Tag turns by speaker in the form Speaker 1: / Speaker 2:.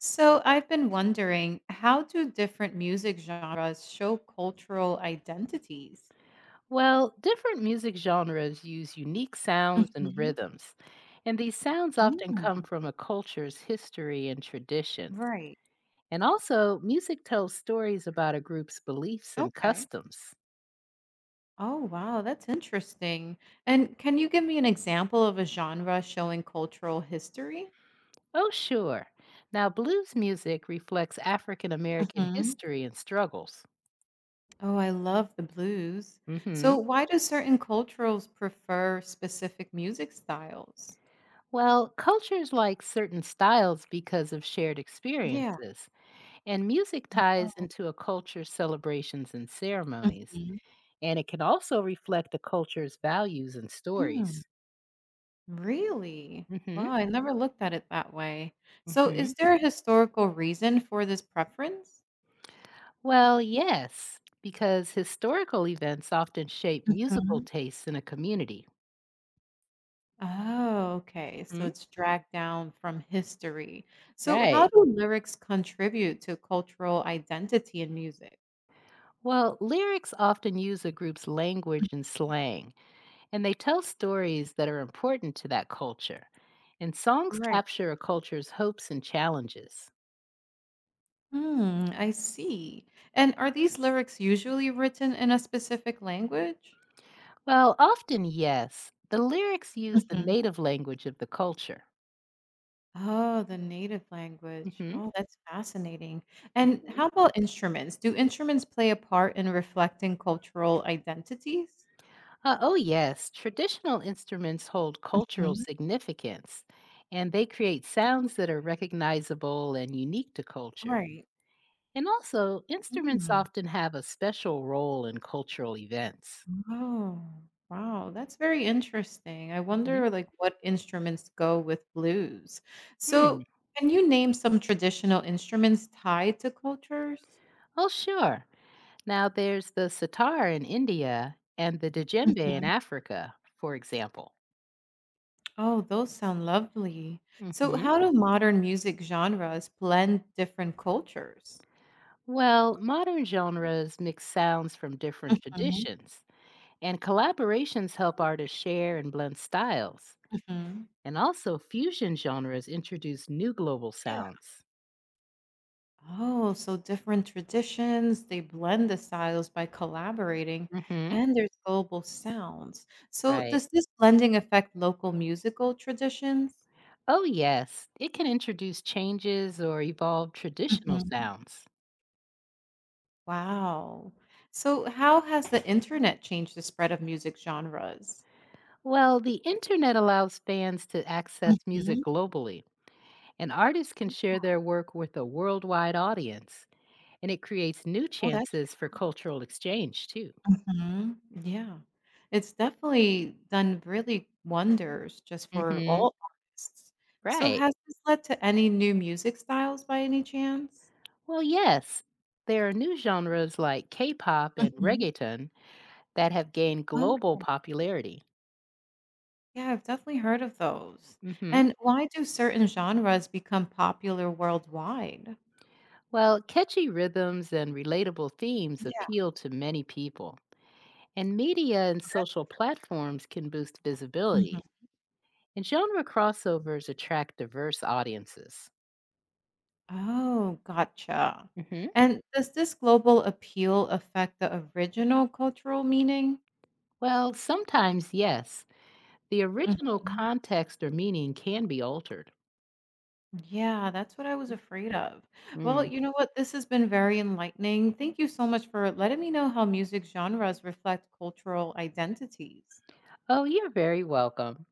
Speaker 1: So I've been wondering, how do different music genres show cultural identities?
Speaker 2: Well, different music genres use unique sounds and
Speaker 1: Mhm.
Speaker 2: rhythms, and these sounds often
Speaker 1: Mm,
Speaker 2: come from a culture's history and traditions.
Speaker 1: right.
Speaker 2: And also, music tells stories about a group's beliefs and
Speaker 1: Okay.
Speaker 2: customs.
Speaker 1: Oh, wow, that's interesting. And can you give me an example of a genre showing cultural history?
Speaker 2: Oh, sure. Now, blues music reflects African American
Speaker 1: Hmm.
Speaker 2: history and struggles.
Speaker 1: Oh, I love the blues. So
Speaker 2: Hmm.
Speaker 1: why do certain cultures prefer specific music styles?
Speaker 2: Well, cultures like certain styles because of shared
Speaker 1: Yeah.
Speaker 2: experiences, and music ties
Speaker 1: Oh.
Speaker 2: into a culture's celebrations and ceremonies. And it can also reflect the culture's values and
Speaker 1: Mhm.
Speaker 2: stories.
Speaker 1: Really?
Speaker 2: Hmm.
Speaker 1: Wow, I never looked at it that way. So is
Speaker 2: Hmm.
Speaker 1: there a historical reason for this preference?
Speaker 2: Well, yes, because historical events often shape musical
Speaker 1: Mhm.
Speaker 2: tastes in a community.
Speaker 1: Oh, okay. So
Speaker 2: Hmm.
Speaker 1: it's dragged down from history. So how
Speaker 2: Right.
Speaker 1: do lyrics contribute to cultural identity in music?
Speaker 2: Well, lyrics often use a group's language and slang, and they tell stories that are important to that culture. And songs
Speaker 1: Right.
Speaker 2: capture a culture's hopes and challenges.
Speaker 1: Hmm, I see. And are these lyrics usually written in a specific language?
Speaker 2: Well, often, yes, the lyrics use the native language of the culture.
Speaker 1: Oh, the native language.
Speaker 2: Hmm.
Speaker 1: Oh, that's fascinating. And how about instruments? Do instruments play a part in reflecting cultural identities?
Speaker 2: Oh, yes. Traditional instruments hold cultural
Speaker 1: Mhm.
Speaker 2: significance and they create sounds that are recognizable and unique to culture.
Speaker 1: Right.
Speaker 2: And also, instruments
Speaker 1: Mm.
Speaker 2: often have a special role in cultural events.
Speaker 1: Oh, wow. That's very interesting. I wonder like what instruments go with blues.
Speaker 2: Mhm.
Speaker 1: So, can you name some traditional instruments tied to cultures?
Speaker 2: Oh, sure. Now, there's the sitar in India and the djembe in
Speaker 1: Mhm.
Speaker 2: Africa, for example.
Speaker 1: Oh, those sound lovely. So,
Speaker 2: Hmm.
Speaker 1: how do modern music genres blend different cultures?
Speaker 2: Well, modern genres mix sounds from different traditions, and collaborations help artists share and blend styles.
Speaker 1: Mhm.
Speaker 2: And also, fusion genres introduce new global
Speaker 1: Yeah.
Speaker 2: sounds.
Speaker 1: Oh, so different traditions, they blend the styles by collaborating,
Speaker 2: Hmm.
Speaker 1: and there's global sounds. So,
Speaker 2: Right.
Speaker 1: does this blending affect local musical traditions?
Speaker 2: Oh, yes, it can introduce changes or evolve traditional
Speaker 1: Mhm.
Speaker 2: sounds.
Speaker 1: Wow. So, how has the internet changed the spread of music genres?
Speaker 2: Well, the internet allows fans to access music
Speaker 1: Mhm.
Speaker 2: globally, and artists can share their work with a worldwide audience. And it creates new
Speaker 1: Oh, that's.
Speaker 2: chances for cultural exchange, too.
Speaker 1: Mhm. Yeah. It's definitely done really wonders just for
Speaker 2: Hmm.
Speaker 1: all artists. So
Speaker 2: Right.
Speaker 1: has this led to any new music styles by any chance?
Speaker 2: Well, yes, there are new genres like K pop and
Speaker 1: Mhm.
Speaker 2: reggaeton that have gained
Speaker 1: Oh,
Speaker 2: global popularity.
Speaker 1: yeah, I've definitely heard of those.
Speaker 2: Hmm.
Speaker 1: And why do certain genres become popular worldwide?
Speaker 2: Well, catchy rhythms and relatable themes
Speaker 1: Yeah.
Speaker 2: appeal to many people, and media and
Speaker 1: that-
Speaker 2: social platforms can boost
Speaker 1: Mhm.
Speaker 2: visibility. And genre crossovers attract diverse audiences.
Speaker 1: Oh, gotcha.
Speaker 2: Hmm.
Speaker 1: And does this global appeal affect the original cultural meaning?
Speaker 2: Well, sometimes, yes, the original
Speaker 1: Mhm.
Speaker 2: context or meaning can be altered.
Speaker 1: Yeah, that's what I was afraid of. Well,
Speaker 2: Mm.
Speaker 1: you know what? This has been very enlightening. Thank you so much for letting me know how music genres reflect cultural identities.
Speaker 2: Oh, you're very welcome.